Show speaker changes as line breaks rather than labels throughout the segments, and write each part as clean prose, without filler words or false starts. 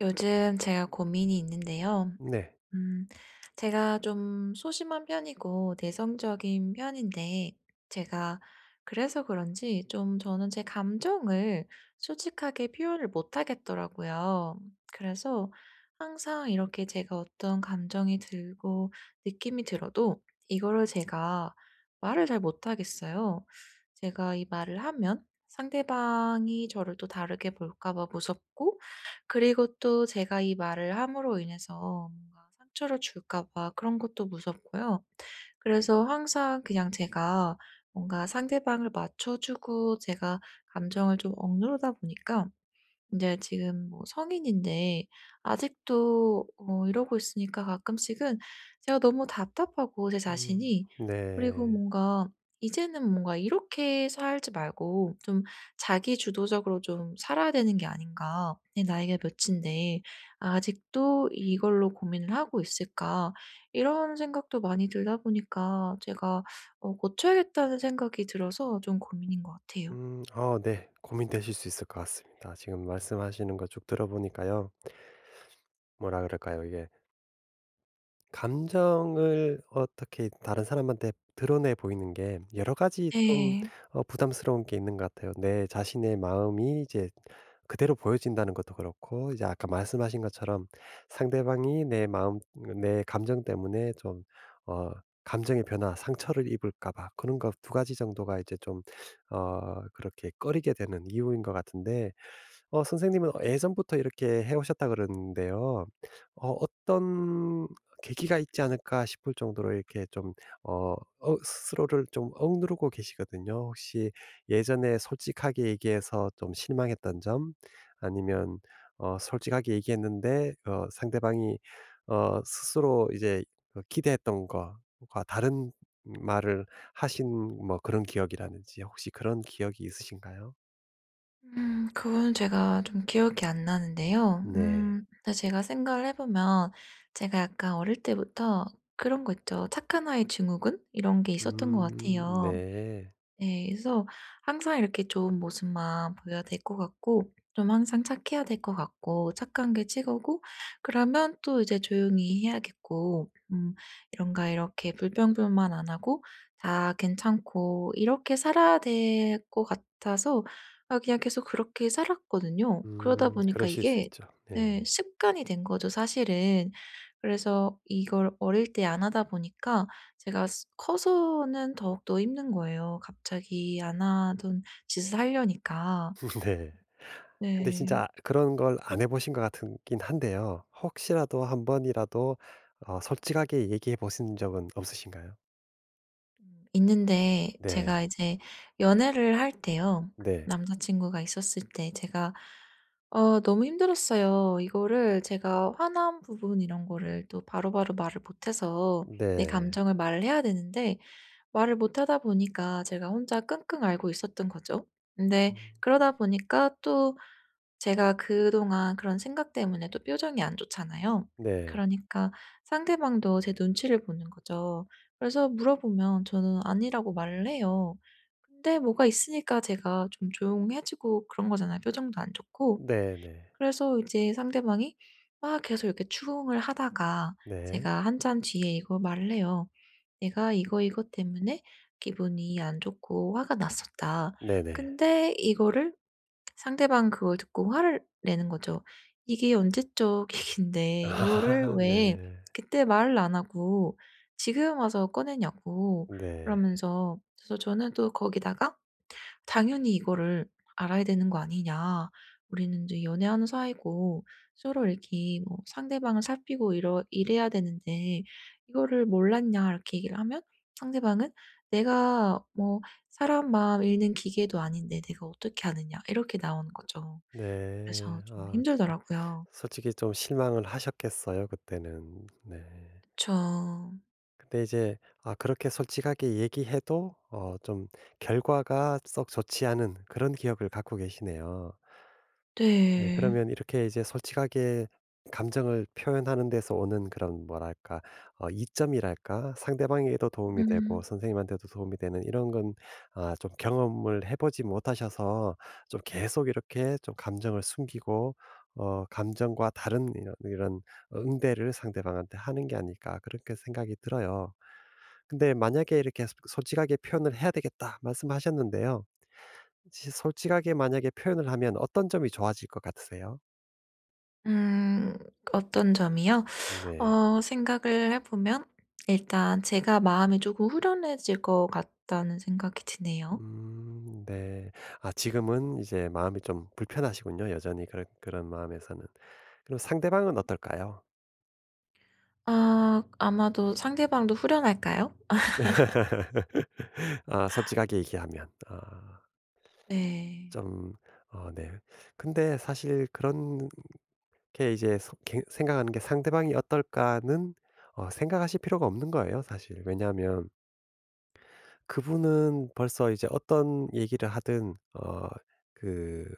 요즘 제가 고민이 있는데요.
네.
음, 제가 좀 소심한 편이고 내성적인 편인데, 제가 그래서 그런지 좀 저는 제 감정을 솔직하게 표현을 못 하겠더라고요. 그래서 항상 이렇게 제가 어떤 감정이 들고 느낌이 들어도 이거를 제가 말을 잘 못 하겠어요. 제가 이 말을 하면 상대방이 저를 또 다르게 볼까 봐 무섭고, 그리고 또 제가 이 말을 함으로 인해서 뭔가 상처를 줄까 봐 그런 것도 무섭고요. 그래서 항상 그냥 제가 뭔가 상대방을 맞춰 주고 제가 감정을 좀 억누르다 보니까 인제 지금 뭐 성인인데 아직도 이러고 있으니까 가끔씩은 제가 너무 답답하고 제
음
자신이. 그리고
네.
뭔가 이제는 뭔가 '이렇게 살지 말고 좀 자기 주도적으로 좀 살아야 되는 게 아닌가? 내 나이가 몇인데 아직도 이걸로 고민을 하고 있을까?' 이런 생각도 많이 들다 보니까 제가 고쳐야겠다는 생각이 들어서 좀 고민인 것 같아요.
네. 고민되실 수 있을 것 같습니다. 지금 말씀하시는 거 쭉 들어보니까요. 뭐라 그럴까요? 이게 감정을 어떻게 다른 사람한테 드러내 보이는 게 여러 가지 좀
네.
부담스러운 게 있는 것 같아요. 내 자신의 마음이 이제 그대로 보여진다는 것도 그렇고 이제 아까 말씀하신 것처럼 상대방이 내 마음 내 감정 때문에 좀 어 감정의 변화, 상처를 입을까 봐 그런 거 두 가지 정도가 이제 좀 그렇게 꺼리게 되는 이유인 것 같은데 선생님은 예전부터 이렇게 해 오셨다 그러는데요. 어떤 계기가 있지 않을까 싶을 정도로 이렇게 좀 어 스스로를 좀 억누르고 계시거든요. 혹시 예전에 솔직하게 얘기해서 좀 실망했던 점 아니면 솔직하게 얘기했는데 상대방이 스스로 이제 그 기대했던 것과 다른 말을 하신 뭐 그런 기억이라든지 혹시 그런 기억이 있으신가요?
음. 그거는 제가 좀 기억이 안 나는데요.
네.
음, 근데 제가 생각을 해 보면 제가 약간 어릴 때부터 그런 거 있죠. 착한 아이 증후군 이런 게 있었던 것 같아요.
네.
네. 그래서 항상 이렇게 좋은 모습만 보여야 될 것 같고 좀 항상 착해야 될 것 같고 착한 게 최고고, 그러면 또 이제 조용히 해야겠고. 음, 이런가 이렇게 불평불만 안 하고 다 괜찮고 이렇게 살아야 될 것 같아서 아, 그냥 계속 그렇게 살았거든요. 그러다 보니까
그러실 수
이게,
있죠.
네,
네.
습관이 된 거죠 사실은. 그래서 이걸 어릴 때 안 하다 보니까 제가 스 커서는 더욱더 힘든 거예요. 갑자기 안 하던 짓을 하려니까.
네. 근데
네.
진짜 그런 걸 안 해 보신 것 같긴 한데요. 혹시라도 한 번이라도 솔직하게 얘기해 보신 적은 없으신가요?
음, 있는데 제가
네.
이제 연애를 할 때요.
네.
남자 친구가 있었을 때 제가 "어 너무 힘들었어요." 이거를 제가 화난 부분 이런 거를 또 바로바로 말을 못해서, 내
네.
감정을 말을 해야 되는데 말을 못하다 보니까 제가 혼자 끙끙 앓고 있었던 거죠. 근데
음
그러다 보니까 또 제가 그동안 그런 생각 때문에 또 표정이 안 좋잖아요.
네.
그러니까 상대방도 제 눈치를 보는 거죠. 그래서 물어보면 저는 아니라고 말을 해요. 근데 뭐가 있으니까 제가 좀 조용해지고 그런 거잖아요, 표정도 안 좋고.
네, 네.
그래서 이제 상대방이 막 계속 이렇게 추궁을 하다가,
네.
제가 한참 뒤에 이걸 말을 해요. "내가 이거 이것 때문에 기분이 안 좋고 화가 났었다."
네, 네.
근데 이거를 상대방 그걸 듣고 화를 내는 거죠. 이게 언제적 얘긴데 이거를
아
왜
네.
그때 말을 안 하고 지금 와서 꺼내냐고.
네.
그러면서, 그래서 저는 또 거기다가 당연히 이거를 알아야 되는 거 아니냐. 우리는 이제 연애하는 사이고 서로 이렇게 뭐 상대방을 살피고 이러 이래야 되는데 이거를 몰랐냐 이렇게 얘기를 하면, 상대방은 "내가 뭐 사람 마음 읽는 기계도 아닌데 내가 어떻게 아느냐." 이렇게 나오는 거죠. 그래서
네.
좀
아 좀
힘들더라고요.
솔직히 좀 실망을 하셨겠어요 그때는. 네.
그쵸.
근데 이제 아 그렇게 솔직하게 얘기해도 좀 결과가 썩 좋지 않은 그런 기억을 갖고 계시네요. 네,
네.
그러면 이렇게 이제 솔직하게 감정을 표현하는 데서 오는 그런 뭐랄까 이점이랄까 상대방에게도 도움이 되고
음.
선생님한테도 도움이 되는 이런 건 아 좀 경험을 해 보지 못하셔서 좀 계속 이렇게 좀 감정을 숨기고 감정과 다른 이런 응대를 상대방한테 하는 게 아닐까 그렇게 생각이 들어요. 근데 만약에 이렇게 솔 솔직하게 표현을 해야 되겠다 말씀하셨는데요. 시 솔직하게 만약에 표현을 하면 어떤 점이 좋아질 것 같으세요?
음. 어떤 점이요?
네.
생각을 해 보면 일단 제가 마음이 조금 후련해질 것 같다는 생각이 드네요.
네. 아 지금은 이제 마음이 좀 불편하시군요, 여전히 그런 마음에서는. 그럼 상대방은 어떨까요?
아, 아마도 상대방도 후련할까요? 아,
아 솔직하게 얘기하면. 아
네.
좀 네. 근데 사실 그렇게 이제 생각하는 게 '상대방이 어떨까.'는 생각하실 필요가 없는 거예요, 사실. 왜냐하면 그분은 벌써 이제 어떤 얘기를 하든 어그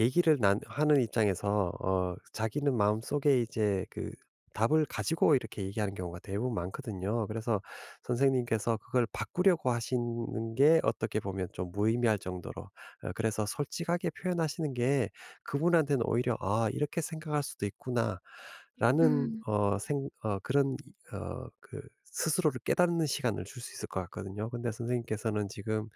얘기를 난 하는 입장에서 자기는 마음속에 이제 그 답을 가지고 이렇게 얘기하는 경우가 대부분 많거든요. 그래서 선생님께서 그걸 바꾸려고 하시는 게 어떻게 보면 좀 무의미할 정도로 그래서 솔직하게 표현하시는 게 그분한테는 오히려 '아 이렇게 생각할 수도 있구나.'라는
음.
어 생 어 그런 이 어 그 스스로를 깨닫는 시간을 줄 수 있을 것 같거든요. 근데 선생님께서는 지금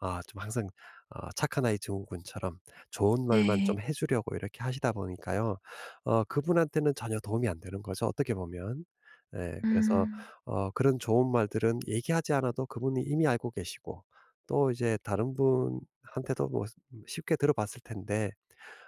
아 좀 항상 아 착한 아이 증후군처럼 좋은 말만
네.
좀 해 주려고 이렇게 하시다 보니까요. 그분한테는 전혀 도움이 안 되는 거죠, 어떻게 보면. 예. 그래서
음.
그런 좋은 말들은 얘기하지 않아도 그분이 이미 알고 계시고 또 이제 다른 분한테도 뭐 쉽게 들어봤을 텐데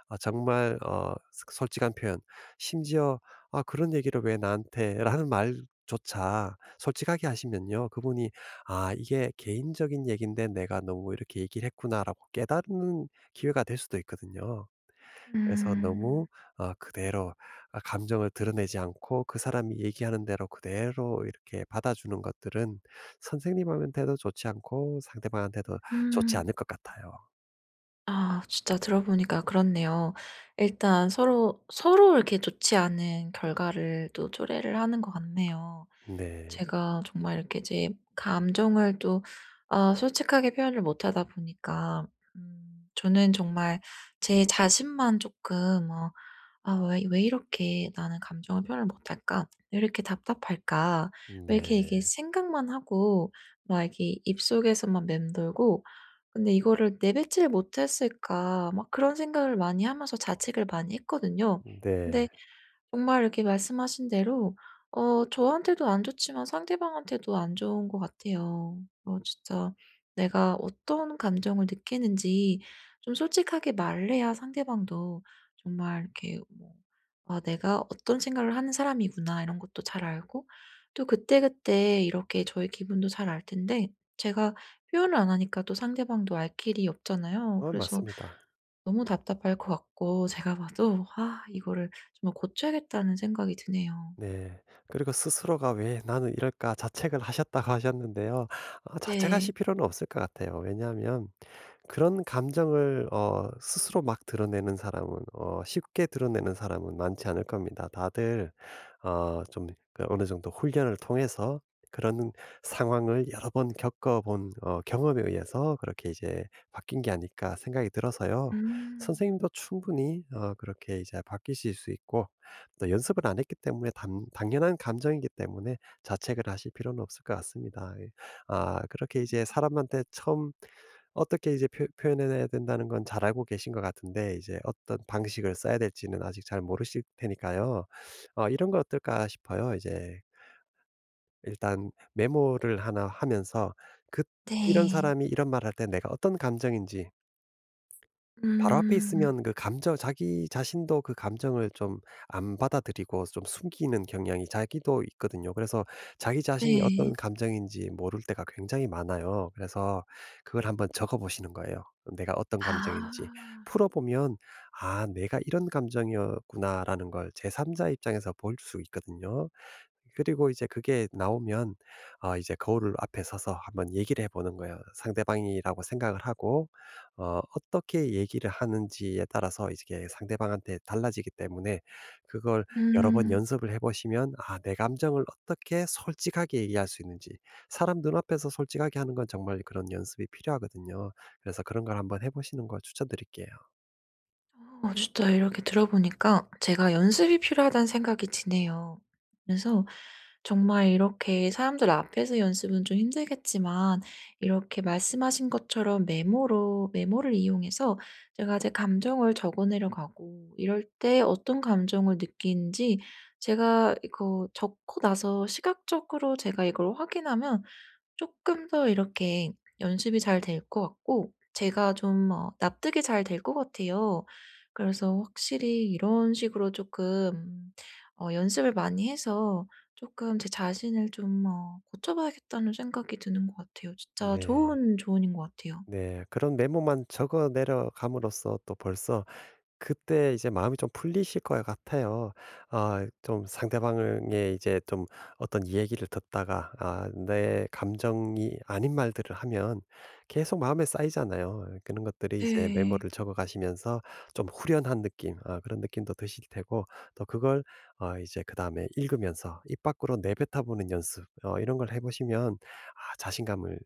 아 정말 솔직한 표현 심지어 "아 그런 얘기를 왜 나한테."라는 말조차 솔직하게 하시면요. 그분이 '아 이게 개인적인 얘기인데 내가 너무 이렇게 얘기를 했구나.'라고 깨닫는 기회가 될 수도 있거든요. 그래서
음.
너무 그대로 아 감정을 드러내지 않고 그 사람이 얘기하는 대로 그대로 이렇게 받아주는 것들은 선생님한테도 좋지 않고 상대방한테도 좋지
음.
않을 것 같아요.
아, 진짜 들어보니까 그렇네요. 일단 서로, 서로 이렇게 좋지 않은 결과를 또 초래를 하는 것 같네요.
네.
제가 정말 이렇게 제 감정을 또 아, 솔직하게 표현을 못하다 보니까 음, 저는 정말 제 자신만 조금 '아 왜 이렇게 나는 감정을 표현을 못할까? 왜 이렇게 답답할까? 왜 이렇게 이게
네.
생각만 하고 막 이렇게 입속에서만 맴돌고 근데 이거를 내뱉질 못했을까.' 막 그런 생각을 많이 하면서 자책을 많이 했거든요. 근데
네.
정말 이렇게 말씀하신 대로 저한테도 안 좋지만 상대방한테도 안 좋은 것 같아요. 진짜 내가 어떤 감정을 느끼는지 좀 솔직하게 말을 해야 상대방도 정말 이렇게 뭐 '아 내가 어떤 생각을 하는 사람이구나.' 이런 것도 잘 알고 또 그때그때 이렇게 저의 기분도 잘 알 텐데, 제가 표현을 안 하니까 또 상대방도 알 길이 없잖아요.
어
그래서
맞습니다.
너무 답답할 것 같고 제가 봐도 '아 이거를 정말 고쳐야겠다.'는 생각이 드네요.
네. 그리고 스스로가 '왜 나는 이럴까?' 자책을 하셨다고 하셨는데요. 아 자책하실
네.
필요는 없을 것 같아요. 왜냐하면 그런 감정을 스스로 막 드러내는 사람은 쉽게 드러내는 사람은 많지 않을 겁니다. 다들 좀그 어느 정도 훈련을 통해서 그런 상황을 여러 번 겪어본 경험에 의해서 그렇게 이제 바뀐 게 아닐까 생각이 들어서요.
음.
선생님도 충분히 그렇게 이제 바뀌실 수 있고 또 연습을 안 했기 때문에 당 당연한 감정이기 때문에 자책을 하실 필요는 없을 것 같습니다. 예. 아 그렇게 이제 사람한테 처음 어떻게 이제 표 표현해야 된다는 건 잘 알고 계신 것 같은데 이제 어떤 방식을 써야 될지는 아직 잘 모르실 테니까요. 이런 거 어떨까 싶어요. 이제 일단 메모를 하나 하면서 그 이런
네.
사람이 이런 말할 때 내가 어떤 감정인지 바로 앞에
음.
있으면 그 감정 자기 자신도 그 감정을 좀 안 받아들이고 좀 숨기는 경향이 자기도 있거든요. 그래서 자기 자신이 어떤
네.
감정인지 모를 때가 굉장히 많아요. 그래서 그걸 한번 적어 보시는 거예요. 내가 어떤 감정인지
아.
풀어 보면 '아 내가 이런 감정이었구나.'라는 걸 제 3자 입장에서 볼 수 있거든요. 그리고 이제 그게 나오면 아 이제 거울 앞에 서서 한번 얘기를 해 보는 거예요. 상대방이라고 생각을 하고 어떻게 얘기를 하는지에 따라서 이게 상대방한테 달라지기 때문에 그걸 여러 번
음.
연습을 해 보시면 아 내 감정을 어떻게 솔직하게 얘기할 수 있는지 사람 눈앞에서 솔직하게 하는 건 정말 그런 연습이 필요하거든요. 그래서 그런 걸 한번 해 보시는 걸 추천드릴게요.
진짜 이렇게 들어 보니까 제가 연습이 필요하다는 생각이 드네요. 그래서 정말 이렇게 사람들 앞에서 연습은 좀 힘들겠지만, 이렇게 말씀하신 것처럼 메모로, 메모를 이용해서 제가 제 감정을 적어내려 가고, 이럴 때 어떤 감정을 느끼는지 제가 이거 적고 나서 시각적으로 제가 이걸 확인하면 쪼끔 더 이렇게 연습이 잘 될 것 같고 제가 좀 납득이 잘 될 것 같아요. 그래서 확실히 이런 식으로 쪼끔 연습을 많이 해서 쪼끔 제 자신을 좀 고쳐봐야겠다는 생각이 드는 것 같아요. 진짜
네.
좋은 조언인 것 같아요.
네. 그런 메모만 적어 내려감으로써 또 벌써 그때 이제 마음이 좀 풀리실 것 같아요. 아 좀 상대방의 이제 좀 어떤 이야기를 듣다가 아 내 감정이 아닌 말들을 하면 계속 마음에 쌓이잖아요. 그런 것들이 이제
네.
메모를 적어 가시면서 좀 후련한 느낌 아 그런 느낌도 드실 테고 또 그걸 이제 그다음에 읽으면서 입 밖으로 내뱉어 보는 연습 이런 걸 해 보시면 아 자신감을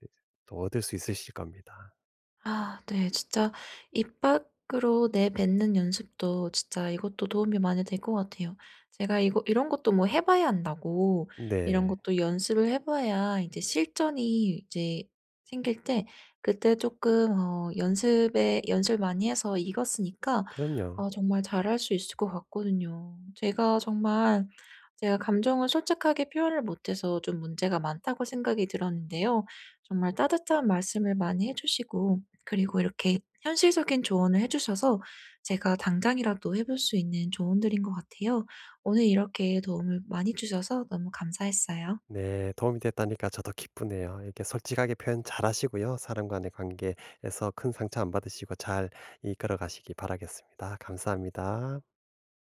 또 얻을 수 있으실 겁니다.
아, 네. 진짜 입 밖으로 내뱉는 연습도, 진짜 이것도 도움이 많이 될 것 같아요. 제가 이거 이런 것도 뭐 해 봐야 한다고, 이런
네.
것도 연습을 해 봐야 이제 실전이 이제 생길 때 그때 조금 연습에 연습 많이 해서 익었으니까
그럼요.
아 정말 잘할 수 있을 것 같거든요. 제가 정말 제가 감정을 솔직하게 표현을 못해서 좀 문제가 많다고 생각이 들었는데요. 정말 따뜻한 말씀을 많이 해 주시고 그리고 이렇게 현실적인 조언을 해 주셔서 제가 당장이라도 해볼 수 있는 조언들인 것 같아요. 오늘 이렇게 도움을 많이 주셔서 너무 감사했어요.
네, 도움이 됐다니까 저도 기쁘네요. 이렇게 솔직하게 표현 잘하시고요. 사람 간의 관계에서 큰 상처 안 받으시고 잘 이끌어 가시기 바라겠습니다. 감사합니다.